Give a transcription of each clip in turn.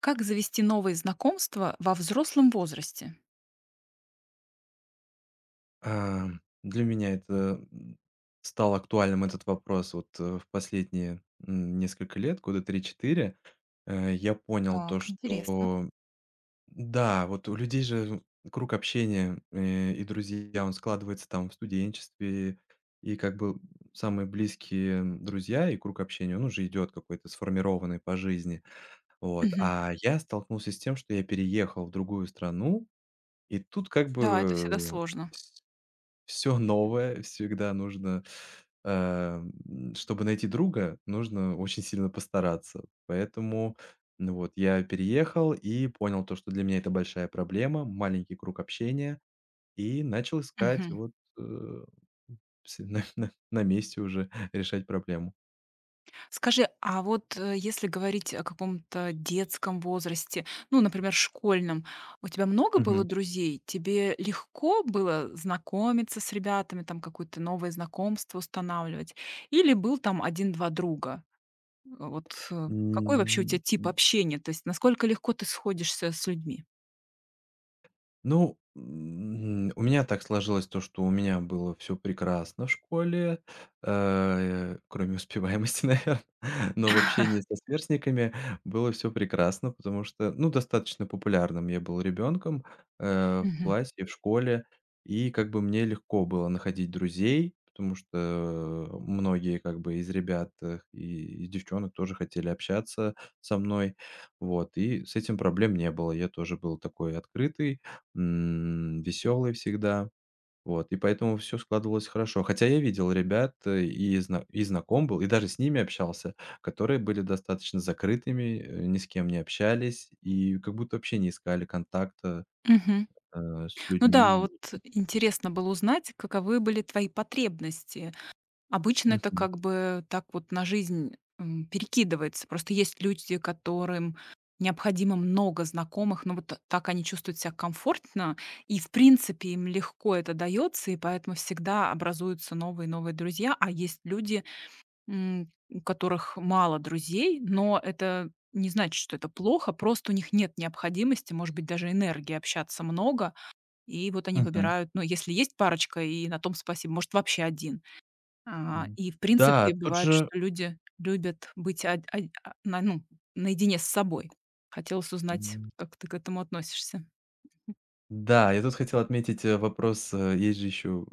Как завести новые знакомства во взрослом возрасте? А, Для меня это стал актуальным этот вопрос вот, в последние, несколько лет, года 3-4. Я понял то, Так, интересно. что да, вот у людей же круг общения, и друзья, он складывается там в студенчестве, и как бы самые близкие друзья и круг общения, он уже идет какой-то сформированный по жизни. Вот, Мгм. а я столкнулся с тем, что я переехал в другую страну, и тут как Да, это всегда бы сложно. все новое всегда нужно, а, чтобы найти друга, нужно очень сильно постараться. Поэтому, ну вот, я переехал и понял то, что для меня это большая проблема, маленький круг общения, и начал искать Мгм. вот, э, с на месте уже решать проблему. Скажи, а вот если говорить о каком-то детском возрасте, ну, например, школьном, у тебя много было Мгм. друзей? Тебе легко было знакомиться с ребятами, там какое-то новое знакомство устанавливать? Или был там один-два друга? Вот какой вообще у М. тебя тип общения? То есть насколько легко ты сходишься с людьми? Ну, у меня так сложилось то, что у меня было все прекрасно в школе, кроме успеваемости, наверное. Но в общении со сверстниками было все прекрасно, потому что, ну, достаточно популярным я был ребенком, в Мгм. классе, в школе. И как бы мне легко было находить друзей, потому что многие как бы из ребят, и из девчонок тоже хотели общаться со мной. Вот, и с этим проблем не было. Я тоже был такой открытый, веселый всегда. Вот, и поэтому все складывалось хорошо. Хотя я видел ребят, и знаком был, и даже с ними общался, которые были достаточно закрытыми, ни с кем не общались и как будто вообще не искали контакта, Мгм. э, с Ну да, людьми. вот интересно было узнать, каковы были твои потребности. Обычно это Мгм. как бы так вот на жизнь, перекидывается. Просто есть люди, которым необходимо много знакомых, но вот так они чувствуют себя комфортно, и в принципе им легко это дается, и поэтому всегда образуются новые и новые друзья. А есть люди, у которых мало друзей, но это не значит, что это плохо, просто у них нет необходимости, может быть, даже энергии общаться много, и вот они Мгм. выбирают, ну, если есть парочка, и на том спасибо, может, вообще один. А, М, и, в да, принципе, тут бывает, же. что люди любят быть од од а, на ну, наедине с собой. Хотелось узнать, как ты к этому относишься. Да, я тут хотел отметить, вопрос, есть же еще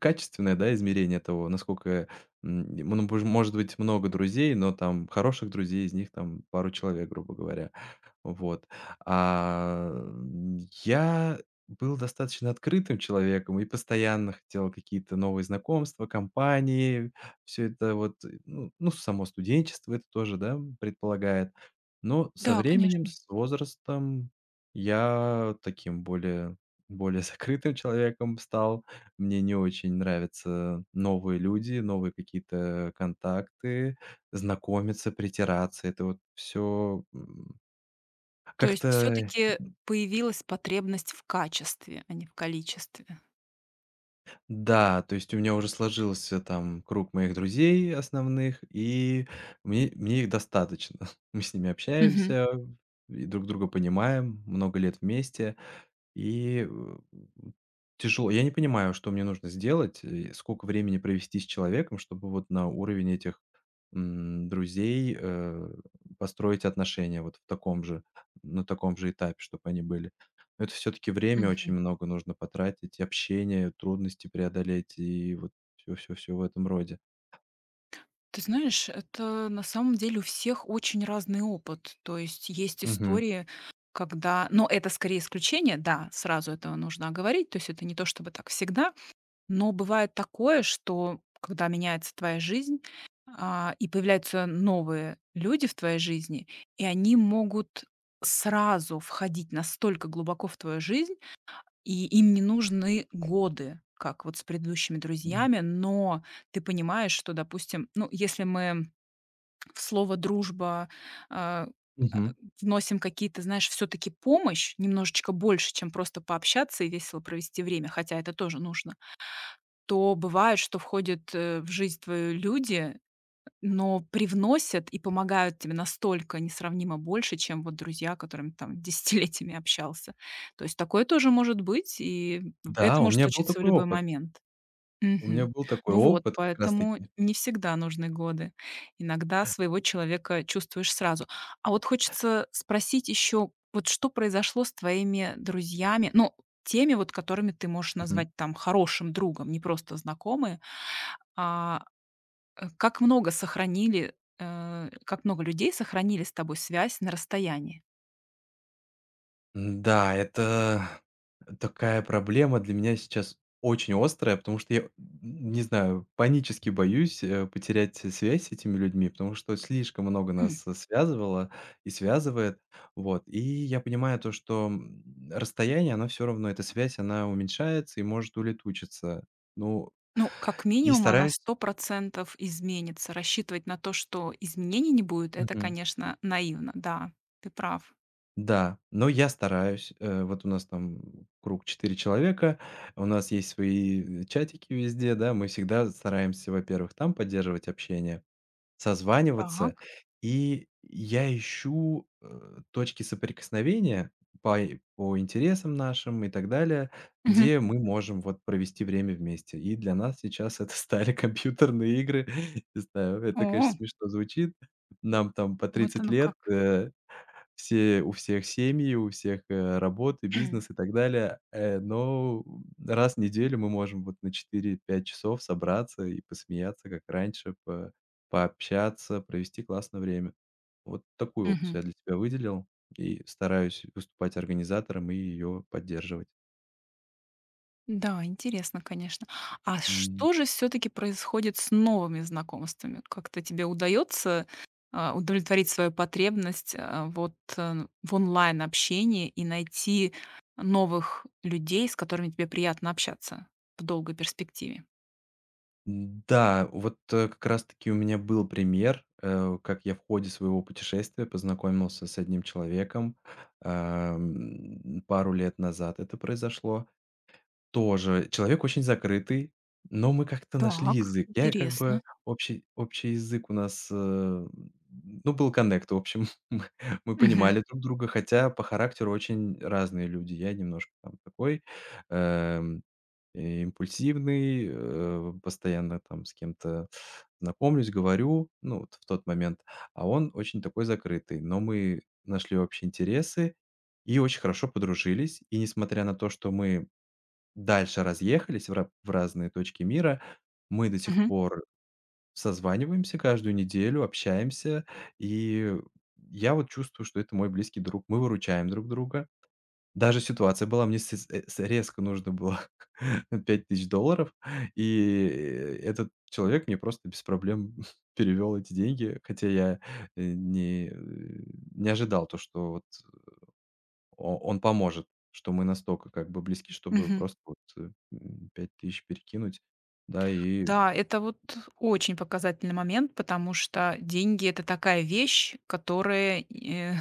качественное, да, измерение того, насколько, ну, бож может быть много друзей, но там хороших друзей, из них там пару человек, грубо говоря. Вот. А, м, я был достаточно открытым человеком и постоянно хотел какие-то новые знакомства, компании. Все это вот, само студенчество это тоже, да, предполагает. Но со Да, временем, конечно. с возрастом я таким более закрытым человеком стал. Мне не очень нравятся новые люди, новые какие-то контакты, знакомиться, притираться. Это вот все. То есть все Как-то таки появилась потребность в качестве, а не в количестве. да, то есть у меня уже сложился там круг моих друзей основных, и мне их достаточно. Мы с ними общаемся и друг друга понимаем, много лет вместе. И, э, тяжело. Я не понимаю, что мне нужно сделать, и сколько времени провести с человеком, чтобы вот на уровень этих, друзей, построить отношения вот в таком же на таком же этапе, чтобы они были. Но это все таки время очень Мгм. много нужно потратить, и общение, трудности преодолеть, и вот все-все-все в этом роде. Ты знаешь, это на самом деле у всех очень разный опыт. То есть есть Мгм. истории, когда но это скорее исключение, да, сразу это нужно говорить. То есть это не то чтобы так всегда, но бывает такое, что когда меняется твоя жизнь, а, и появляются новые люди в твоей жизни, и они могут сразу входить настолько глубоко в твою жизнь, и им не нужны годы, как вот с предыдущими друзьями. Но ты понимаешь, что, допустим, ну, если мы в слово "дружба", а, а, Мгм. вносим какие-то, знаешь, все таки помощь, немножечко больше, чем просто пообщаться и весело провести время, хотя это тоже нужно, то бывает, что входят, в жизнь твою люди, но привносят и помогают тебе настолько несравнимо больше, чем вот друзья, которыми там десятилетиями общался. То есть такое тоже может быть, и Да, это у может меня был случиться в такой любой опыт. момент. У меня Мгм. был такой Ну вот, опыт как раз поэтому таки. не всегда нужны годы. Иногда своего человека чувствуешь сразу. А вот хочется спросить еще, вот что произошло с твоими друзьями, ну, теми, вот которыми ты можешь назвать там хорошим другом, не просто знакомые, а как много сохранили, как много людей сохранили с тобой связь на расстоянии? Да, это такая проблема для меня сейчас очень острая, потому что я, не знаю, панически боюсь, потерять связь с этими людьми, потому что слишком много нас, связывало и связывает. Вот, и я понимаю то, что, расстояние, оно все равно, эта связь, она уменьшается и может улетучиться. Ну, Ну, как и минимум, она стараюсь. 100% изменится. Рассчитывать на то, что изменений не будет, это, конечно, наивно. Да, ты прав. Да, но я стараюсь. Вот у нас там круг 4 человека, у нас есть свои чатики везде, да, мы всегда стараемся, во-первых, там поддерживать общение, Так. созваниваться, и я ищу точки соприкосновения по, по интересам нашим и так далее, Мгм. где мы можем вот провести время вместе. И для нас сейчас это стали компьютерные игры. Не знаю, это, О, конечно, смешно звучит. Нам там по вот 30 оно лет. как. Все у всех семьи, у всех, работы, бизнес и так далее. Но раз в неделю мы можем вот на 4-5 часов собраться и посмеяться, как раньше, по пообщаться, провести классное время. Вот такую Мгм. опцию я для тебя выделил и стараюсь выступать организатором и ее поддерживать. Да, интересно, конечно. А что же все таки происходит с новыми знакомствами? Как-то тебе удается, а, удовлетворить свою потребность, а, вот, в онлайн-общении и найти новых людей, с которыми тебе приятно общаться в долгой перспективе? Да, вот, как раз таки у меня был пример, как я в ходе своего путешествия познакомился с одним человеком, пару лет назад это произошло. Тоже человек очень закрытый, но мы как-то нашли Так, язык. Я как бы интересно. общий язык у нас, ну, был коннект, в общем. Мы мы Мгм. понимали друг друга, хотя по характеру очень разные люди. Я немножко там такой, эм, импульсивный, постоянно там с кем-то знакомлюсь, говорю, ну, вот в тот момент, а он очень такой закрытый. Но мы нашли общие интересы и очень хорошо подружились. И несмотря на то, что мы дальше разъехались в ра в разные точки мира. Мы до сих Мгм. пор созваниваемся каждую неделю, общаемся, и я вот чувствую, что это мой близкий друг. Мы выручаем друг друга. Даже ситуация была, мне с э, с резко нужно было $5000, и этот человек мне просто без проблем перевел эти деньги, хотя я, э, не э, не ожидал то, что вот о он поможет, что мы настолько как бы близки, чтобы Мгм. просто вот, 5000 перекинуть, да, и Да, это вот очень показательный момент, потому что деньги — это такая вещь, которая,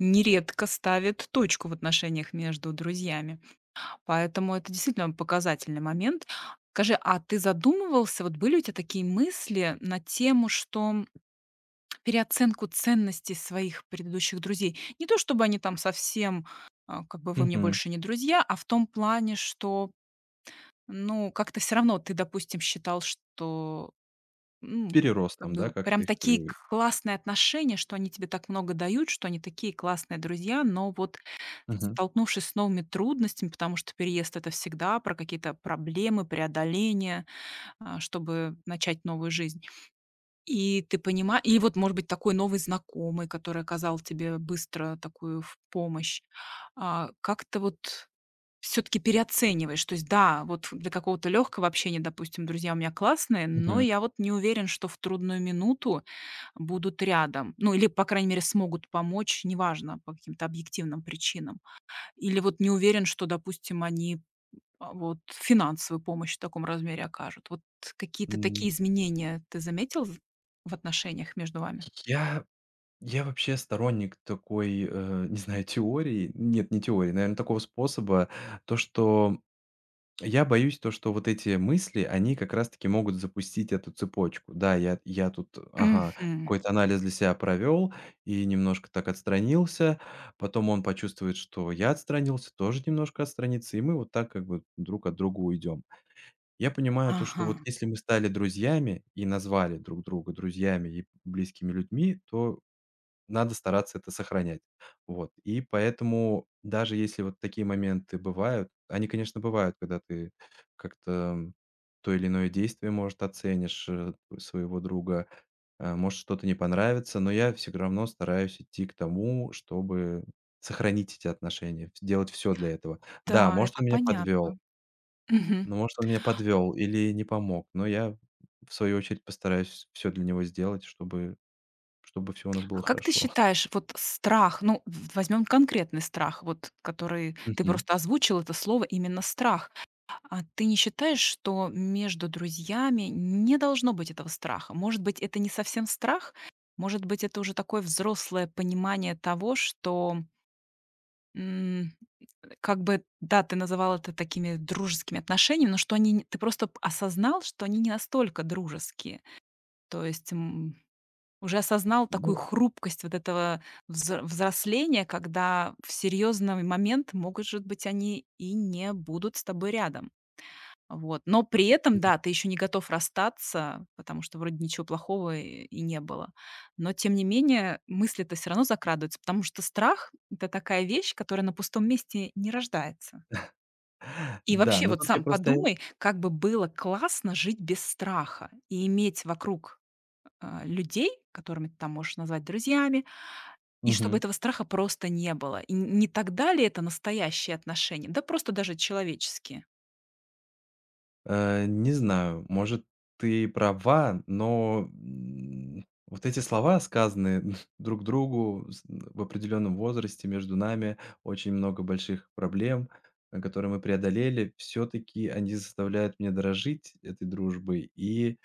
нередко ставит точку в отношениях между друзьями. Поэтому это действительно показательный момент. Скажи, а ты задумывался, вот были у тебя такие мысли на тему, что переоценку ценностей своих предыдущих друзей? Не то чтобы они там совсем, а, как бы: "Вы мне мгм. больше не друзья", а в том плане, что ну, как-то все равно ты, допустим, считал, что, м, Перерос как там, да, бы как-то прям их, такие классные отношения, что они тебе так много дают, что они такие классные друзья, но вот Мгм, столкнувшись с новыми трудностями, потому что переезд — это всегда про какие-то проблемы, преодоления, а, чтобы начать новую жизнь. И ты понимаешь, и вот, может быть, такой новый знакомый, который оказал тебе быстро такую в помощь. А, как-то вот все таки переоцениваешь. То есть да, вот для какого-то легкого общения, допустим, друзья у меня классные, но мгм. я вот не уверен, что в трудную минуту будут рядом. Ну, или, по крайней мере, смогут помочь, неважно, по каким-то объективным причинам. Или вот не уверен, что, допустим, они, а, вот финансовую помощь в таком размере окажут. Вот какие-то М, такие изменения ты заметил з в отношениях между вами? я я вообще сторонник такой, не знаю, теории. Нет, не теории, наверное, такого способа. То, что я боюсь то, что вот эти мысли, они как раз-таки могут запустить эту цепочку. Да, я тут, ага, Мгм. какой-то анализ для себя провел и немножко так отстранился. Потом он почувствует, что я отстранился, тоже немножко отстранится, и мы вот так как бы друг от друга уйдем. Я понимаю то, что Ага. вот если мы стали друзьями и назвали друг друга друзьями и близкими людьми, то надо стараться это сохранять. Вот. И поэтому, даже если вот такие моменты бывают, они, конечно, бывают, когда ты как-то то или иное действие, может, оценишь своего друга, может, что-то не понравится, но я все равно стараюсь идти к тому, чтобы сохранить эти отношения, делать все для этого. Да, Да, может, это он меня подвел, понятно. Мгм. но может, он меня подвел или не помог, но я, в свою очередь, постараюсь все для него сделать, чтобы всё у нас было А как ты хорошо. считаешь, вот страх, ну, в возьмем конкретный страх, вот который ты Мгм. просто озвучил это слово, именно страх. А ты не считаешь, что между друзьями не должно быть этого страха? Может быть, это не совсем страх? Может быть, это уже такое взрослое понимание того, что, м, как бы, да, ты называл это такими дружескими отношениями, но что они н ты просто п осознал, что они не настолько дружеские. То есть, уже осознал Ну такую хрупкость вот этого взросления, когда в серьезный момент, может быть, они и не будут с тобой рядом. Вот. Но при да, этом, да, ты еще не готов расстаться, потому что вроде ничего плохого и не было. Но тем не менее мысли-то все равно закрадываются, потому что страх — это такая вещь, которая на пустом месте не рождается. И вообще, но вот тут я сам просто. подумай, как бы было классно жить без страха и иметь вокруг, а, людей, которыми ты там можешь назвать друзьями, и чтобы Мгм. этого страха просто не было. И н не тогда ли это настоящие отношения, да просто даже человеческие. Не знаю, может, ты права, но, вот эти слова, сказанные друг другу с в определенном возрасте, между нами очень много больших проблем, которые мы преодолели. Все-таки они заставляют меня дорожить этой дружбой. И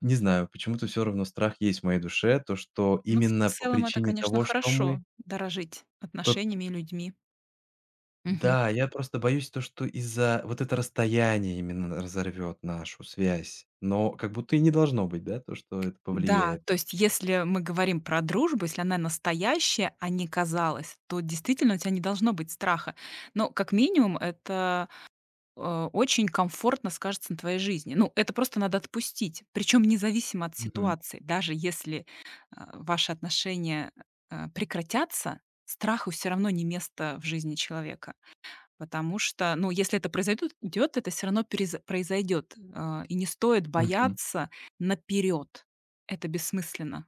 не знаю, почему-то все равно страх есть в моей душе, то, что Ну, в именно по целом это, причине конечно, того, что мы хорошо — дорожить по отношениями и людьми. Мгм. да, я просто боюсь то, что из-за вот это расстояние именно разорвет нашу связь. Но как будто и не должно быть, да, то, что это Да, повлияет. то есть если мы говорим про дружбу, если она настоящая, а не казалась, то действительно у тебя не должно быть страха. Но как минимум это очень комфортно скажется на твоей жизни. Ну, это просто надо отпустить, причем независимо от Мгм. ситуации. Даже если, а, ваши отношения, а, прекратятся, страху все равно не место в жизни человека. Потому что, ну, если это произойдет, идет, это все равно перез произойдет. А, и не стоит Мгм. бояться наперед. Это бессмысленно.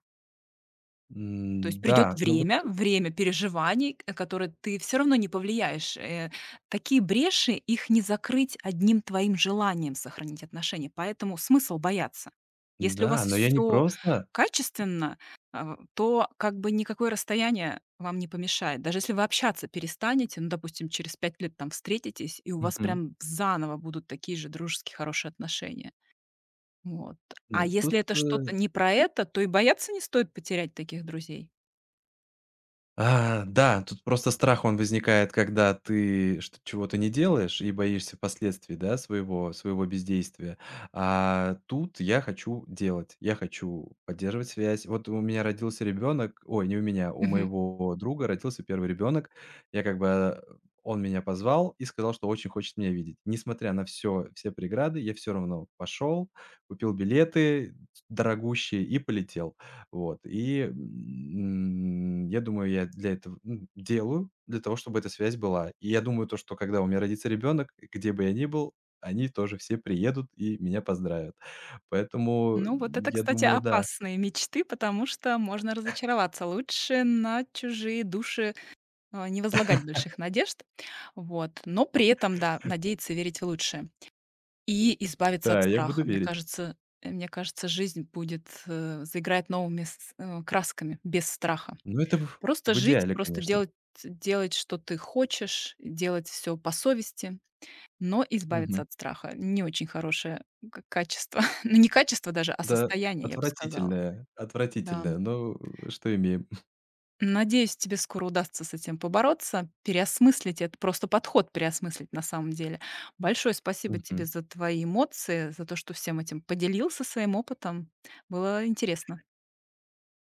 То есть придет Да, но вот, время, время переживаний, к которые ты все равно не повлияешь. Такие бреши, их не закрыть одним твоим желанием сохранить отношения, поэтому смысл бояться. Если у вас да, но я не все просто. качественно, а, то как бы никакое расстояние вам не помешает. Даже если вы общаться перестанете, ну, допустим, через 5 лет там встретитесь, и у вас Мгм. прям заново будут такие же дружеские хорошие отношения. Вот. А Нет, если тут, это что-то не про это, то и бояться не стоит потерять таких друзей. а, да, тут просто страх, он возникает, когда ты что чего-то не делаешь и боишься последствий, да, своего бездействия. А тут я хочу делать, я хочу поддерживать связь. Вот у меня родился ребенок, ой, не у меня, у Мгм. моего друга родился первый ребенок. Я как бы, он меня позвал и сказал, что очень хочет меня видеть. Несмотря на все преграды, я все равно пошел, купил билеты дорогущие и полетел. Вот, и, я думаю, я для этого, ну, делаю, для того, чтобы эта связь была. И я думаю, то, что когда у меня родится ребенок, где бы я ни был, они тоже все приедут и меня поздравят. Поэтому, Ну, вот это, я кстати, думаю, да, опасные мечты, потому что можно разочароваться. Лучше на чужие души, а, не возлагать больших надежд. Вот. Но при этом, да, надеяться и верить в лучшее. И избавиться от да, я буду страха. Мне верить. кажется, э, мне кажется, жизнь будет, заиграет новыми красками, без страха. Но это в Просто жить, идеале, просто конечно. Делать, что ты хочешь, делать все по совести, но избавиться Мгм. от страха. Не очень хорошее к качество. Ну, не качество даже, а Да, состояние, я бы сказала. Да. отвратительное, но что имеем. Надеюсь, тебе скоро удастся с этим побороться, переосмыслить это, просто подход переосмыслить на самом деле. Большое спасибо тебе Мгм. за твои эмоции, за то, что всем этим поделился своим опытом. Было интересно.